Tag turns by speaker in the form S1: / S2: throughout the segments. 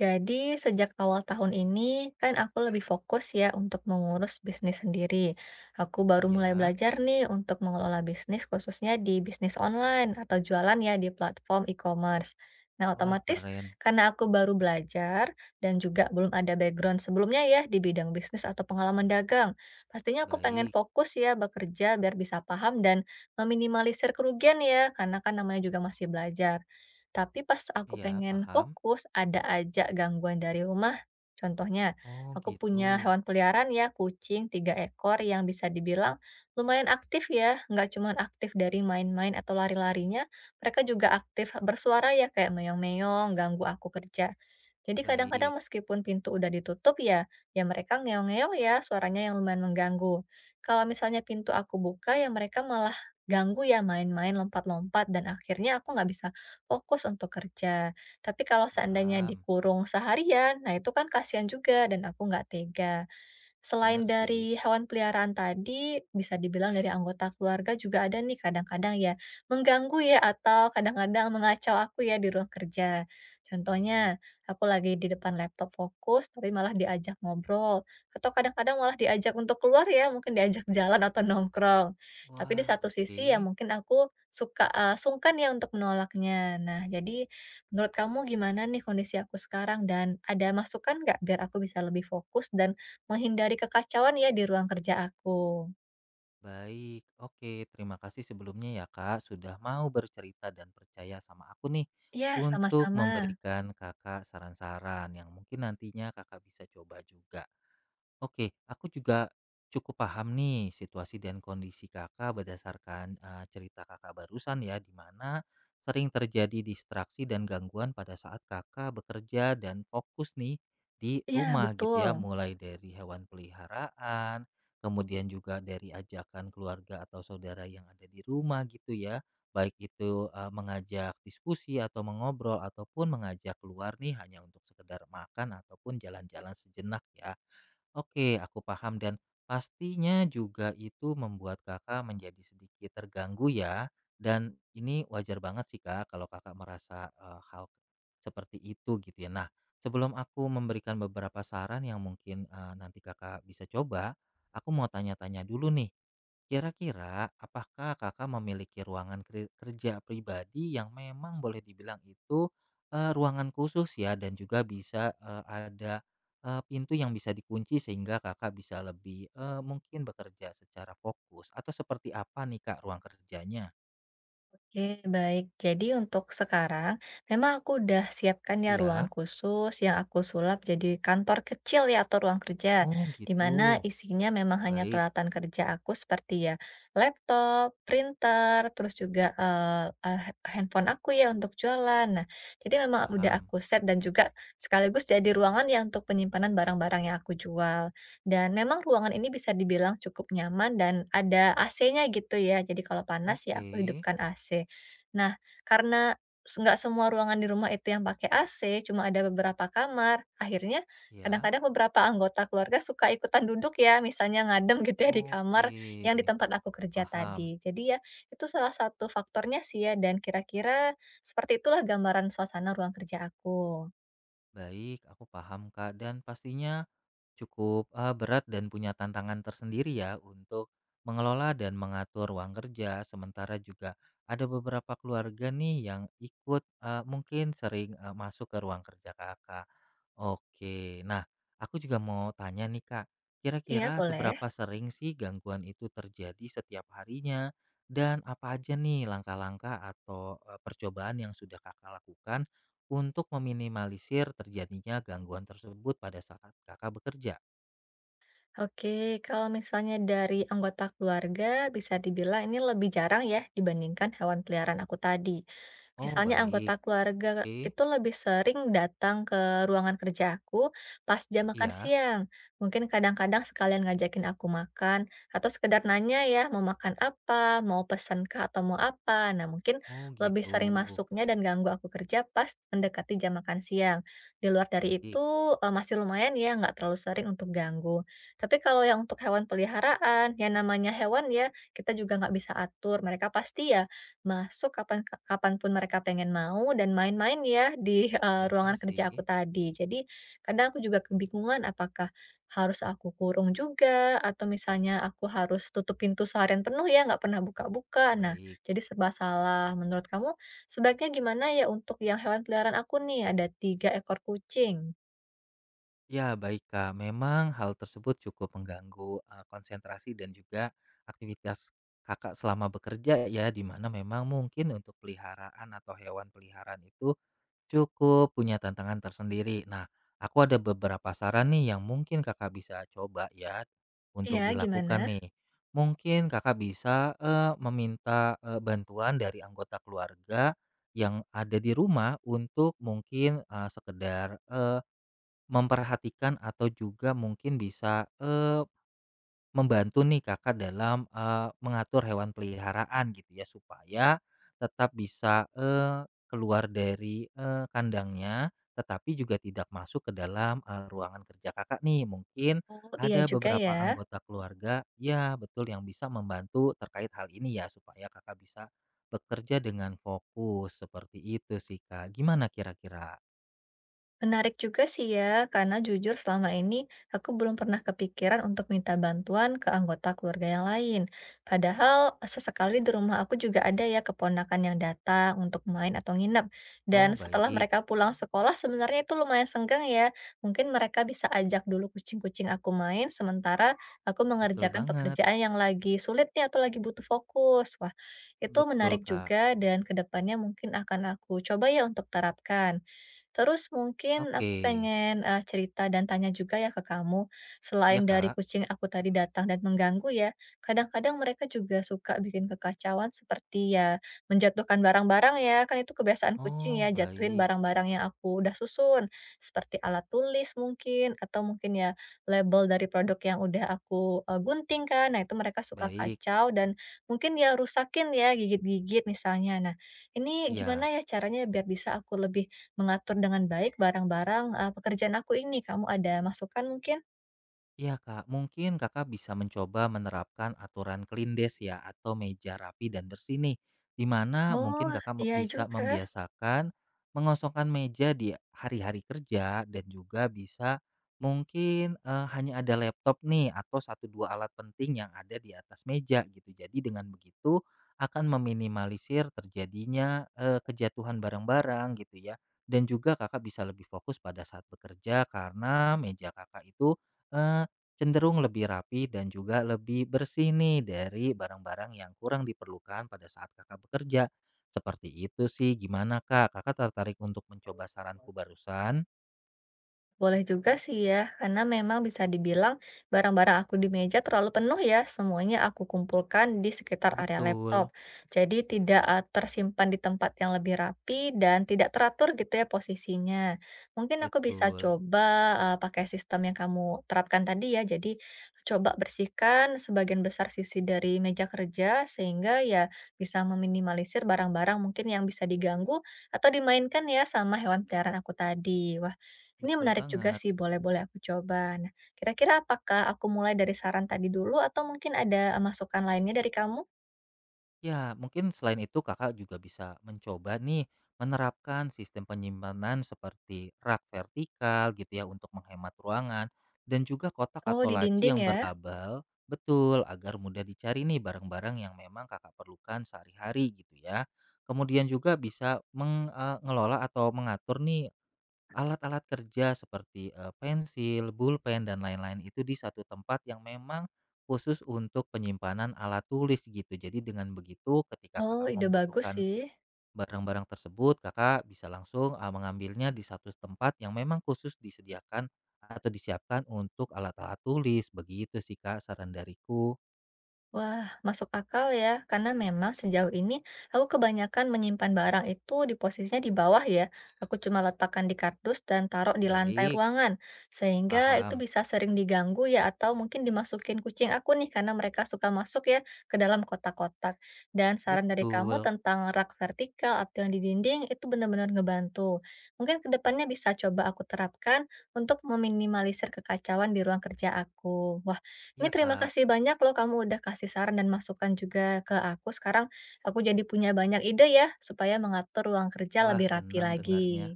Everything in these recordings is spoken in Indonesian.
S1: Jadi sejak awal tahun ini kan aku lebih fokus ya untuk mengurus bisnis sendiri. Aku baru mulai
S2: Iya,
S1: belajar nih untuk mengelola bisnis khususnya di bisnis online atau jualan ya di platform e-commerce. Nah,
S2: wah
S1: otomatis
S2: keren.
S1: karena aku baru belajar dan juga belum ada background sebelumnya ya di bidang bisnis atau pengalaman dagang. Pastinya aku pengen
S2: Baik,
S1: fokus ya bekerja biar bisa paham dan meminimalisir kerugian ya karena kan namanya juga masih belajar. Tapi pas aku
S2: iya
S1: pengen
S2: paham.
S1: fokus, ada aja gangguan dari rumah. Contohnya,
S2: Oh
S1: aku
S2: gitu,
S1: punya hewan peliharaan ya, kucing tiga ekor yang bisa dibilang lumayan aktif ya. Nggak cuma aktif dari main-main atau lari-larinya, mereka juga aktif bersuara ya kayak meong-meong, ganggu aku kerja. Jadi kadang-kadang
S2: baik,
S1: meskipun pintu udah ditutup ya, ya mereka ngeong-ngeong ya, suaranya yang lumayan mengganggu. Kalau misalnya pintu aku buka ya mereka malah ganggu ya main-main lompat-lompat dan akhirnya aku nggak bisa fokus untuk kerja. Tapi kalau seandainya
S2: paham.
S1: dikurung seharian, nah itu kan kasihan juga dan aku nggak tega.
S2: Bener
S1: Selain
S2: sih,
S1: dari hewan peliharaan tadi, bisa dibilang dari anggota keluarga juga ada nih kadang-kadang ya mengganggu ya atau kadang-kadang mengacau aku ya di ruang kerja.
S2: baik.
S1: Contohnya, aku lagi di depan laptop fokus tapi malah diajak ngobrol atau kadang-kadang malah diajak untuk keluar ya, mungkin diajak jalan atau nongkrong. Tapi di
S2: Wah,
S1: satu
S2: oke,
S1: sisi ya mungkin aku suka sungkan ya untuk menolaknya. Nah, jadi menurut kamu gimana nih kondisi aku sekarang dan ada masukan nggak biar aku bisa lebih fokus dan menghindari kekacauan ya di ruang kerja aku.
S2: baik. Oke, terima kasih sebelumnya ya Kak, sudah mau bercerita dan percaya sama aku nih
S1: Iya,
S2: untuk
S1: sama-sama.
S2: memberikan Kakak saran-saran yang mungkin nantinya Kakak bisa coba juga. Oke, aku juga cukup paham nih situasi dan kondisi Kakak berdasarkan cerita Kakak barusan ya, di mana sering terjadi distraksi dan gangguan pada saat Kakak bekerja dan fokus nih di
S1: Iya,
S2: rumah gitu ya,
S1: betul.
S2: mulai dari hewan peliharaan, kemudian juga dari ajakan keluarga atau saudara yang ada di rumah gitu ya, baik itu mengajak diskusi atau mengobrol ataupun mengajak keluar nih hanya untuk sekedar makan ataupun jalan-jalan sejenak ya. Oke, aku paham dan pastinya juga itu membuat Kakak menjadi sedikit terganggu ya. Dan ini wajar banget sih Kak kalau Kakak merasa hal seperti itu gitu ya. Nah, sebelum aku memberikan beberapa saran yang mungkin nanti Kakak bisa coba, aku mau tanya-tanya dulu nih. Kira-kira apakah Kakak memiliki ruangan kerja pribadi yang memang boleh dibilang itu ruangan khusus ya dan juga bisa ada pintu yang bisa dikunci sehingga Kakak bisa lebih mungkin bekerja secara fokus atau seperti apa nih Kak ruang kerjanya?
S1: Oke, baik. Jadi untuk sekarang, memang aku udah siapkan ya ruangan
S2: Iya.
S1: khusus yang aku sulap jadi kantor kecil ya atau ruang kerja,
S2: Oh
S1: di
S2: gitu.
S1: mana isinya memang hanya
S2: Baik,
S1: peralatan kerja aku seperti ya laptop, printer, terus juga, eee eee, handphone aku ya untuk jualan. Nah, jadi memang udah
S2: paham.
S1: aku set dan juga sekaligus jadi ruangan ya untuk penyimpanan barang-barang yang aku jual. Dan memang ruangan ini bisa dibilang cukup nyaman dan ada AC-nya gitu ya. Jadi kalau panas ya
S2: Oke.
S1: aku hidupkan AC. Nah, karena nggak semua ruangan di rumah itu yang pakai AC, cuma ada beberapa kamar, akhirnya
S2: Ya.
S1: kadang-kadang beberapa anggota keluarga suka ikutan duduk ya, misalnya ngadem gitu ya di kamar
S2: Oke.
S1: yang di tempat aku kerja
S2: Paham.
S1: tadi. Jadi ya itu salah satu faktornya sih ya dan kira-kira seperti itulah gambaran suasana ruang kerja aku.
S2: Baik, aku paham Kak dan pastinya cukup berat dan punya tantangan tersendiri ya untuk mengelola dan mengatur ruang kerja, sementara juga ada beberapa keluarga nih yang ikut mungkin sering masuk ke ruang kerja Kakak. Oke, nah aku juga mau tanya nih Kak,
S1: Iya,
S2: kira-kira
S1: boleh.
S2: seberapa sering sih gangguan itu terjadi setiap harinya? Dan apa aja nih langkah-langkah atau percobaan yang sudah Kakak lakukan untuk meminimalisir terjadinya gangguan tersebut pada saat Kakak bekerja?
S1: Oke, kalau misalnya dari anggota keluarga, bisa dibilang ini lebih jarang ya dibandingkan hewan peliharaan aku tadi.
S2: Oh,
S1: Misalnya
S2: baik.
S1: anggota keluarga
S2: Oke,
S1: itu lebih sering datang ke ruangan kerjaku pas jam makan
S2: iya.
S1: siang. Mungkin kadang-kadang sekalian ngajakin aku makan atau sekedar nanya ya mau makan apa, mau pesan kah atau mau apa. Nah, mungkin
S2: Oh,
S1: lebih
S2: gitu.
S1: sering masuknya dan ganggu aku kerja pas mendekati jam makan siang. Di luar dari
S2: Baik,
S1: itu masih lumayan ya nggak terlalu sering untuk ganggu. Tapi kalau yang untuk hewan peliharaan, yang namanya hewan ya kita juga nggak bisa atur. Mereka pasti ya masuk kapanpun mereka pengen mau dan main-main ya di,
S2: benar
S1: ruangan
S2: sih.
S1: kerja aku tadi. Jadi kadang aku juga kebingungan apakah harus aku kurung juga atau misalnya aku harus tutup pintu seharian penuh ya, nggak pernah buka-buka. Nah,
S2: Baik.
S1: jadi serba salah. Menurut kamu sebaiknya gimana ya untuk yang hewan peliharaan aku nih? Ada 3 ekor kucing.
S2: Ya, baik Kak. Memang hal tersebut cukup mengganggu konsentrasi dan juga aktivitas Kakak selama bekerja ya, di mana memang mungkin untuk peliharaan atau hewan peliharaan itu cukup punya tantangan tersendiri. Nah, aku ada beberapa saran nih yang mungkin Kakak bisa coba ya untuk
S1: Iya,
S2: dilakukan
S1: gimana?
S2: nih. Mungkin Kakak bisa meminta bantuan dari anggota keluarga yang ada di rumah untuk mungkin sekedar memperhatikan atau juga mungkin bisa membantu nih Kakak dalam mengatur hewan peliharaan gitu ya supaya tetap bisa keluar dari kandangnya, tetapi juga tidak masuk ke dalam ruangan kerja Kakak nih. Mungkin
S1: Oh, iya
S2: ada
S1: juga ya.
S2: beberapa anggota keluarga ya betul yang bisa membantu terkait hal ini ya supaya Kakak bisa bekerja dengan fokus, seperti itu sih Kak. Gimana kira-kira?
S1: Menarik juga sih ya, karena jujur selama ini aku belum pernah kepikiran untuk minta bantuan ke anggota keluarga yang lain. Padahal sesekali di rumah aku juga ada ya keponakan yang datang untuk main atau nginep.
S2: Oh
S1: Dan setelah
S2: baik,
S1: mereka pulang sekolah sebenarnya itu lumayan senggang ya. Mungkin mereka bisa ajak dulu kucing-kucing aku main sementara aku
S2: betul
S1: mengerjakan
S2: banget,
S1: pekerjaan yang lagi sulit nih atau lagi butuh fokus. Wah, itu
S2: betul
S1: menarik
S2: Kak.
S1: juga dan kedepannya mungkin akan aku coba ya untuk terapkan. Terus mungkin
S2: Oke,
S1: aku pengen, cerita dan tanya juga ya ke kamu,
S2: iya
S1: selain dari
S2: Kak.
S1: kucing aku tadi datang dan mengganggu ya, kadang-kadang mereka juga suka bikin kekacauan seperti ya menjatuhkan barang-barang ya, kan itu kebiasaan kucing
S2: Oh,
S1: ya, jatuhin
S2: baik,
S1: barang-barang yang aku udah susun, seperti alat tulis mungkin, atau mungkin ya label dari produk yang udah aku, gunting kan. Nah itu mereka suka
S2: baik.
S1: kacau dan mungkin ya rusakin ya, gigit-gigit misalnya. Nah, ini
S2: Iya,
S1: gimana ya caranya biar bisa aku lebih mengatur dengan baik barang-barang, pekerjaan aku ini. Kamu ada masukan mungkin?
S2: iya Kak, mungkin Kakak bisa mencoba menerapkan aturan clean desk ya atau meja rapi dan bersih nih. Di mana mungkin
S1: Oh,
S2: Kakak
S1: iya
S2: bisa
S1: juga.
S2: membiasakan mengosongkan meja di hari-hari kerja dan juga bisa mungkin hanya ada laptop nih atau satu dua alat penting yang ada di atas meja gitu. Jadi dengan begitu akan meminimalisir terjadinya kejatuhan barang-barang gitu ya. Dan juga Kakak bisa lebih fokus pada saat bekerja karena meja Kakak itu eh, cenderung lebih rapi dan juga lebih bersih nih dari barang-barang yang kurang diperlukan pada saat kakak bekerja. Seperti itu sih, gimana kak? Kakak tertarik untuk mencoba saranku barusan?
S1: Boleh juga sih ya, karena memang bisa dibilang barang-barang aku di meja terlalu penuh ya, semuanya aku kumpulkan di sekitar area laptop.
S2: Betul,
S1: Jadi tidak tersimpan di tempat yang lebih rapi dan tidak teratur gitu ya posisinya. Mungkin aku bisa
S2: betul,
S1: coba pakai sistem yang kamu terapkan tadi ya, jadi coba bersihkan sebagian besar sisi dari meja kerja sehingga ya bisa meminimalisir barang-barang mungkin yang bisa diganggu atau dimainkan ya sama hewan peliharaan aku tadi. Wah, ini
S2: betul
S1: menarik juga
S2: banget.
S1: sih, boleh boleh aku coba. Nah, kira-kira apakah aku mulai dari saran tadi dulu atau mungkin ada masukan lainnya dari kamu?
S2: Ya, mungkin selain itu Kakak juga bisa mencoba nih menerapkan sistem penyimpanan seperti rak vertikal gitu ya untuk menghemat ruangan dan juga kotak
S1: Oh,
S2: atau
S1: di
S2: laci
S1: dinding
S2: yang
S1: ya?
S2: berlabel betul agar mudah dicari nih barang-barang yang memang Kakak perlukan sehari-hari gitu ya. Kemudian juga bisa mengelola atau mengatur nih alat-alat kerja seperti pensil, pulpen, dan lain-lain itu di satu tempat yang memang khusus untuk penyimpanan alat tulis gitu. Jadi dengan begitu ketika
S1: Oh,
S2: Kakak
S1: ide bagus
S2: membutuhkan
S1: sih.
S2: barang-barang tersebut, Kakak bisa langsung mengambilnya di satu tempat yang memang khusus disediakan atau disiapkan untuk alat-alat tulis, begitu sih Kak saran dariku.
S1: Wah, masuk akal ya, karena memang sejauh ini aku kebanyakan menyimpan barang itu di posisinya di bawah ya. Aku cuma letakkan di kardus dan taruh di lantai
S2: Baik,
S1: ruangan, sehingga itu
S2: paham.
S1: bisa sering diganggu ya, atau mungkin dimasukin kucing aku nih, karena mereka suka masuk ya ke dalam kotak-kotak. Dan saran dari kamu
S2: Betul.
S1: tentang rak vertikal atau yang di dinding itu benar-benar ngebantu. Mungkin kedepannya bisa coba aku terapkan untuk meminimalisir kekacauan di ruang kerja aku. Ini
S2: Iya
S1: terima
S2: Kak.
S1: kasih banyak loh kamu udah kasih saran dan masukan juga ke aku. Sekarang aku jadi punya banyak ide ya, supaya mengatur ruang kerja
S2: Wah
S1: lebih rapi
S2: senang
S1: lagi.
S2: dengarnya.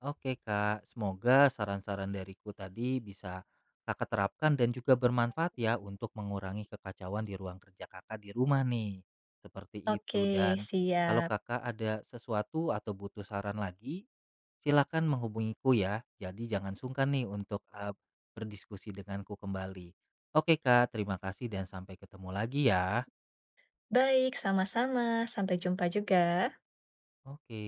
S2: Oke Kak, semoga saran-saran dariku tadi bisa Kakak terapkan dan juga bermanfaat ya untuk mengurangi kekacauan di ruang kerja Kakak di rumah nih. Seperti itu
S1: Oke,
S2: dan kalau
S1: siap.
S2: Kakak ada sesuatu atau butuh saran lagi, silakan menghubungiku ya. Jadi jangan sungkan nih untuk berdiskusi denganku kembali. Oke Kak, terima kasih dan sampai ketemu lagi ya.
S1: Baik, sama-sama. Sampai jumpa juga.
S2: Oke.